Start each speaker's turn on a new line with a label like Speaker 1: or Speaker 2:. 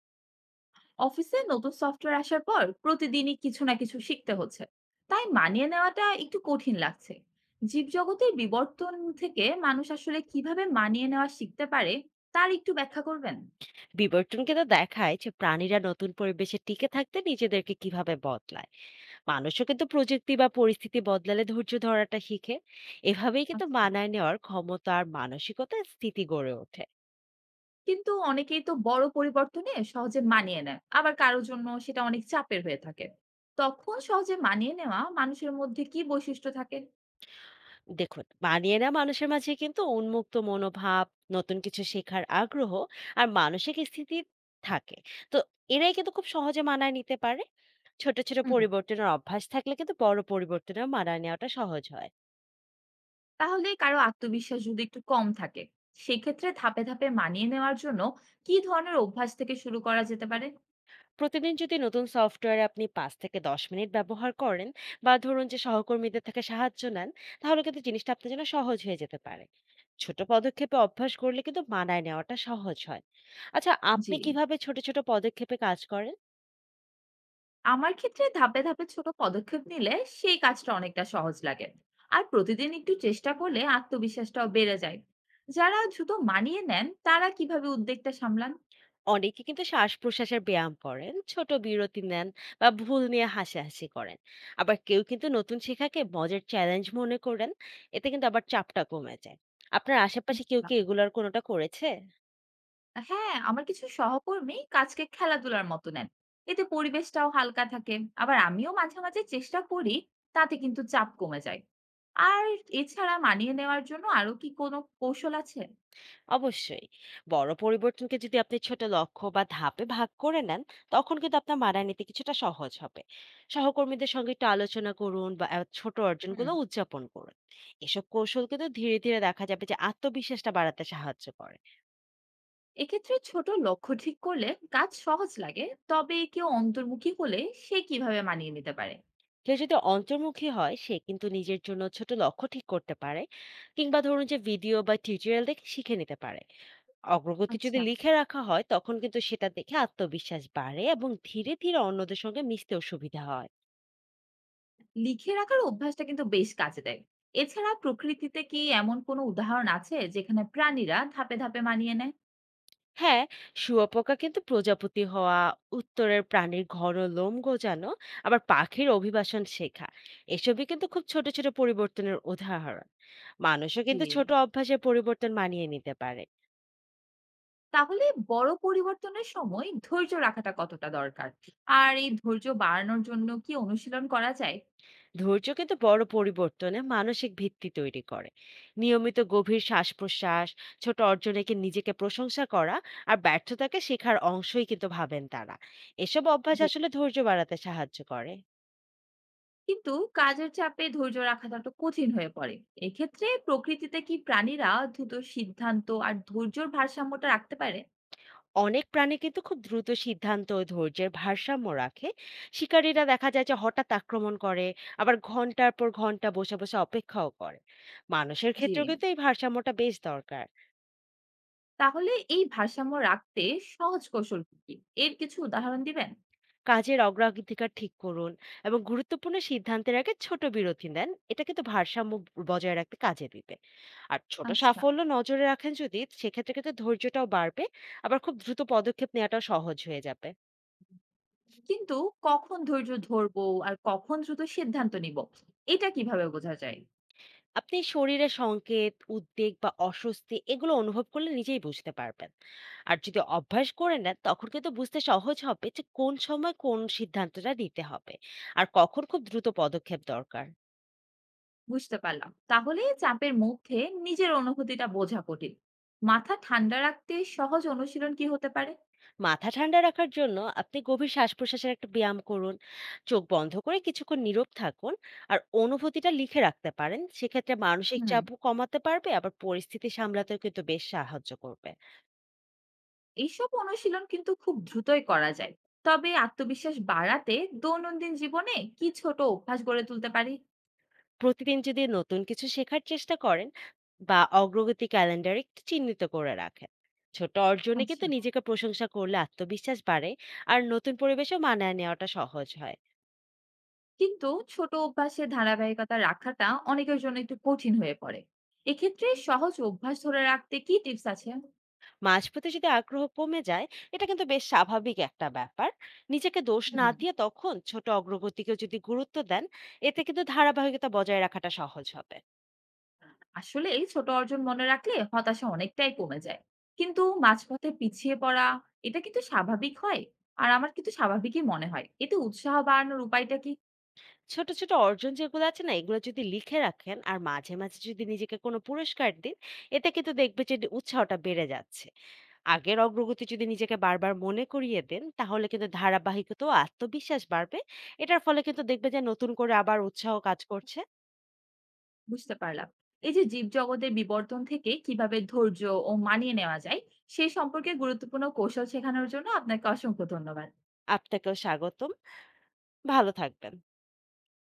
Speaker 1: অফিসে নতুন সফটওয়্যার আসার পর প্রতিদিনই কিছু না কিছু শিখতে হচ্ছে, তাই মানিয়ে নেওয়াটা একটু কঠিন লাগছে। জীবজগতের বিবর্তন থেকে মানুষ আসলে কিভাবে মানিয়ে নেওয়া শিখতে পারে, তার একটু ব্যাখ্যা করবেন।
Speaker 2: বিবর্তন কিন্তু দেখায় যে প্রাণীরা নতুন পরিবেশে টিকে থাকতে নিজেদেরকে কিভাবে বদলায়। মানুষও কিন্তু প্রযুক্তি বা পরিস্থিতি বদলালে ধৈর্য ধরাটা শিখে। এভাবেই কিন্তু
Speaker 1: আচ্ছা,
Speaker 2: মানায় নেওয়ার ক্ষমতা আর মানসিকতা স্থিতি গড়ে ওঠে।
Speaker 1: কিন্তু অনেকেই তো বড় পরিবর্তনে সহজে মানিয়ে নেয়, আবার কারোর জন্য সেটা অনেক চাপের হয়ে থাকে। তখন সহজে মানিয়ে নেওয়া মানুষের মধ্যে কি বৈশিষ্ট্য থাকে?
Speaker 2: দেখুন, মানিয়ে নেওয়া মানুষের মাঝে কিন্তু উন্মুক্ত মনোভাব, নতুন কিছু শেখার আগ্রহ আর মানসিক স্থিতি থাকে। তো এরাই কিন্তু খুব সহজে মানায় নিতে পারে। ছোট ছোট পরিবর্তনের অভ্যাস থাকলে কিন্তু বড় পরিবর্তনেও মানায় নেওয়াটা সহজ হয়।
Speaker 1: তাহলে কারো আত্মবিশ্বাস যদি একটু কম থাকে, সেক্ষেত্রে ধাপে ধাপে মানিয়ে নেওয়ার জন্য কি ধরনের অভ্যাস থেকে শুরু করা যেতে পারে?
Speaker 2: প্রতিদিন যদি নতুন সফটওয়্যার আপনি ৫ থেকে ১০ মিনিট ব্যবহার করেন বা ধরুন যে সহকর্মীদের থেকে সাহায্য নেন, তাহলে কিন্তু জিনিসটা আপনার জন্য সহজ হয়ে যেতে পারে। ছোট পদক্ষেপে অভ্যাস করলে কিন্তু মানায় নেওয়াটা সহজ হয়। আচ্ছা,
Speaker 1: জি,
Speaker 2: আপনি কিভাবে ছোট, ছোট পদক্ষেপে কাজ করেন?
Speaker 1: আমার ক্ষেত্রে ধাপে ধাপে ছোট পদক্ষেপ নিলে সেই কাজটা অনেকটা সহজ লাগে। আর প্রতিদিন একটু চেষ্টা করলে আত্মবিশ্বাসটাও বেড়ে যায়। যারা দ্রুত মানিয়ে নেন, তারা কিভাবে উদ্বেগটা সামলান?
Speaker 2: অনেকে কিন্তু শ্বাস-প্রশ্বাসের ব্যায়াম করেন, ছোট বিরতি নেন বা ভুল নিয়ে হাসাহাসি করেন। আবার কেউ কিন্তু নতুন শেখাকে মজার চ্যালেঞ্জ মনে করেন। এতে কিন্তু আবার চাপটা কমে যায়। আপনার আশেপাশে কেউ
Speaker 1: আচ্ছা।
Speaker 2: কি এগুলোর কোনোটা করেছে?
Speaker 1: হ্যাঁ, আমার কিছু সহকর্মী কাজকে খেলাধুলার মতো নেন। এতে পরিবেশটাও হালকা থাকে। আবার আমিও মাঝে, মাঝে চেষ্টা করি, তাতে কিন্তু চাপ কমে যায়। আর এছাড়া মানিয়ে নেওয়ার জন্য আরো কি কোনো কৌশল আছে?
Speaker 2: অবশ্যই। বড় পরিবর্তনকে যদি আপনি ছোট লক্ষ্য বা ধাপে ভাগ করে নেন, তখন কিন্তু আপনার মানায় নিতে কিছুটা সহজ হবে। সহকর্মীদের সঙ্গে একটু আলোচনা করুন বা ছোট
Speaker 1: হুম।
Speaker 2: অর্জনগুলো উদযাপন করুন। এসব কৌশল কিন্তু ধীরে ধীরে দেখা যাবে যে আত্মবিশ্বাসটা বাড়াতে সাহায্য করে।
Speaker 1: এক্ষেত্রে ছোট লক্ষ্য ঠিক করলে কাজ সহজ লাগে। তবে কেউ অন্তর্মুখী হলে সে কিভাবে মানিয়ে নিতে পারে?
Speaker 2: কেউ যদি অন্তর্মুখী হয়, সে কিন্তু নিজের জন্য ছোট লক্ষ্য ঠিক করতে পারে, কিংবা ধরুন যে ভিডিও বা টিউটোরিয়াল দেখে শিখে নিতে পারে। অগ্রগতি যদি
Speaker 1: আচ্ছা,
Speaker 2: লিখে রাখা হয়, তখন কিন্তু সেটা দেখে আত্মবিশ্বাস বাড়ে এবং ধীরে ধীরে অন্যদের সঙ্গে মিশতেও সুবিধা হয়।
Speaker 1: লিখে রাখার অভ্যাসটা কিন্তু বেশ কাজে দেয়। এছাড়া প্রকৃতিতে কি এমন কোনো উদাহরণ আছে যেখানে প্রাণীরা ধাপে, ধাপে মানিয়ে নেয়?
Speaker 2: হ্যাঁ, শুঁয়োপোকা কিন্তু প্রজাপতি হওয়া, উত্তরের প্রাণীর ঘন লোম গজানো, আবার পাখির অভিবাসন শেখা, এসবই কিন্তু খুব ছোট ছোট পরিবর্তনের উদাহরণ। মানুষও
Speaker 1: জি।
Speaker 2: কিন্তু ছোট অভ্যাসে পরিবর্তন মানিয়ে নিতে পারে।
Speaker 1: তাহলে বড় পরিবর্তনের সময় ধৈর্য রাখাটা কতটা দরকার? আর এই ধৈর্য বাড়ানোর জন্য কি অনুশীলন করা যায়?
Speaker 2: ধৈর্য কিন্তু বড় পরিবর্তনে মানসিক ভিত্তি তৈরি করে। নিয়মিত গভীর শ্বাস প্রশ্বাস, ছোট অর্জনেকে নিজেকে প্রশংসা করা আর ব্যর্থতাকে শেখার অংশই কিন্তু ভাবেন তারা। এসব অভ্যাস
Speaker 1: জি।
Speaker 2: আসলে ধৈর্য বাড়াতে সাহায্য করে।
Speaker 1: কিন্তু কাজের চাপে ধৈর্য রাখাটা তো কঠিন হয়ে পড়ে। এক্ষেত্রে প্রকৃতিতে কি প্রাণীরা দ্রুত সিদ্ধান্ত আর ধৈর্যর ভারসাম্যটা রাখতে পারে?
Speaker 2: অনেক প্রাণী কিন্তু খুব দ্রুত সিদ্ধান্ত ও ধৈর্যের ভারসাম্য রাখে। শিকারীরা দেখা যায় যে হঠাৎ আক্রমণ করে, আবার ঘন্টার পর ঘন্টা বসে বসে অপেক্ষাও করে। মানুষের
Speaker 1: জি।
Speaker 2: ক্ষেত্রেও কিন্তু এই ভারসাম্যটা বেশ দরকার।
Speaker 1: তাহলে এই ভারসাম্য রাখতে সহজ কৌশল কি? কি? এর কিছু উদাহরণ দিবেন?
Speaker 2: কাজের অগ্রাধিকার ঠিক করুন এবং গুরুত্বপূর্ণ সিদ্ধান্তের আগে ছোট বিরতি নেন, এটা কিন্তু ভারসাম্য বজায় রাখতে কাজে দিবে। আর ছোট
Speaker 1: আচ্ছা।
Speaker 2: সাফল্য নজরে রাখেন যদি, সেক্ষেত্রে কিন্তু ধৈর্যটাও বাড়বে। আবার খুব দ্রুত পদক্ষেপ নেওয়াটাও সহজ হয়ে যাবে।
Speaker 1: কিন্তু কখন ধৈর্য ধরবো আর কখন দ্রুত সিদ্ধান্ত নিব, এটা কিভাবে বোঝা যায়?
Speaker 2: আপনি শরীরের সংকেত, উদ্বেগ বা অস্বস্তি এগুলো অনুভব করলে নিজেই বুঝতে পারবেন। আর যদি অভ্যাস করে নেন, তখন কিন্তু বুঝতে সহজ হবে যে কোন সময় কোন সিদ্ধান্তটা নিতে হবে আর কখন খুব দ্রুত পদক্ষেপ দরকার।
Speaker 1: বুঝতে পারলাম। তাহলে চাপের মধ্যে নিজের অনুভূতিটা বোঝা কঠিন। মাথা ঠান্ডা রাখতে সহজ অনুশীলন কি হতে পারে?
Speaker 2: মাথা ঠান্ডা রাখার জন্য আপনি গভীর শ্বাস প্রশ্বাসের একটা ব্যায়াম করুন, চোখ বন্ধ করে কিছুক্ষণ নীরব থাকুন আর অনুভূতিটা লিখে রাখতে পারেন। সেক্ষেত্রে মানসিক
Speaker 1: হুম।
Speaker 2: চাপও কমাতে পারবে, আবার পরিস্থিতি সামলাতেও কিন্তু বেশ সাহায্য করবে।
Speaker 1: এইসব অনুশীলন কিন্তু খুব দ্রুতই করা যায়। তবে আত্মবিশ্বাস বাড়াতে দৈনন্দিন জীবনে কি ছোট অভ্যাস গড়ে তুলতে পারি?
Speaker 2: প্রতিদিন যদি নতুন কিছু শেখার চেষ্টা করেন বা অগ্রগতি ক্যালেন্ডারে একটু চিহ্নিত করে রাখেন, ছোট অর্জনে
Speaker 1: আচ্ছা।
Speaker 2: কিন্তু নিজেকে প্রশংসা করলে আত্মবিশ্বাস বাড়ে আর নতুন পরিবেশে মানায় নেওয়াটা সহজ হয়।
Speaker 1: কিন্তু ছোট অভ্যাসে ধারাবাহিকতা রাখাটা অনেকের জন্য একটু কঠিন হয়ে পড়ে। এক্ষেত্রে সহজ অভ্যাস ধরে রাখতে কি টিপস আছে?
Speaker 2: মাঝপথে যদি আগ্রহ কমে যায়, এটা কিন্তু বেশ স্বাভাবিক একটা ব্যাপার। নিজেকে দোষ না
Speaker 1: হুম।
Speaker 2: দিয়ে তখন ছোট অগ্রগতিকে যদি গুরুত্ব দেন, এতে কিন্তু ধারাবাহিকতা বজায় রাখাটা সহজ হবে।
Speaker 1: আসলে এই ছোট অর্জন মনে রাখলে হতাশা অনেকটাই কমে যায়। কিন্তু মাঝপথে পিছিয়ে পড়া, এটা কিন্তু স্বাভাবিক হয়। আর আমার কিন্তু স্বাভাবিকই মনে হয়, এতে উৎসাহ বাড়ানোর উপায়টা কি?
Speaker 2: ছোট, ছোট অর্জন যেগুলো আছে না, এগুলো যদি লিখে রাখেন আর মাঝে, মাঝে যদি নিজেকে কোনো পুরস্কার দিন, এতে কিন্তু দেখবে যে উৎসাহটা বেড়ে যাচ্ছে। আগের অগ্রগতি যদি নিজেকে বারবার মনে করিয়ে দেন, তাহলে কিন্তু ধারাবাহিকতা ও আত্মবিশ্বাস বাড়বে। এটার ফলে কিন্তু দেখবে যে নতুন করে আবার উৎসাহ কাজ করছে।
Speaker 1: বুঝতে পারলাম। এই যে জীব জগতের বিবর্তন থেকে কিভাবে ধৈর্য ও মানিয়ে নেওয়া যায় সেই সম্পর্কে গুরুত্বপূর্ণ কৌশল শেখানোর জন্য আপনাকে অসংখ্য ধন্যবাদ।
Speaker 2: আপনাকেও স্বাগতম। ভালো থাকবেন।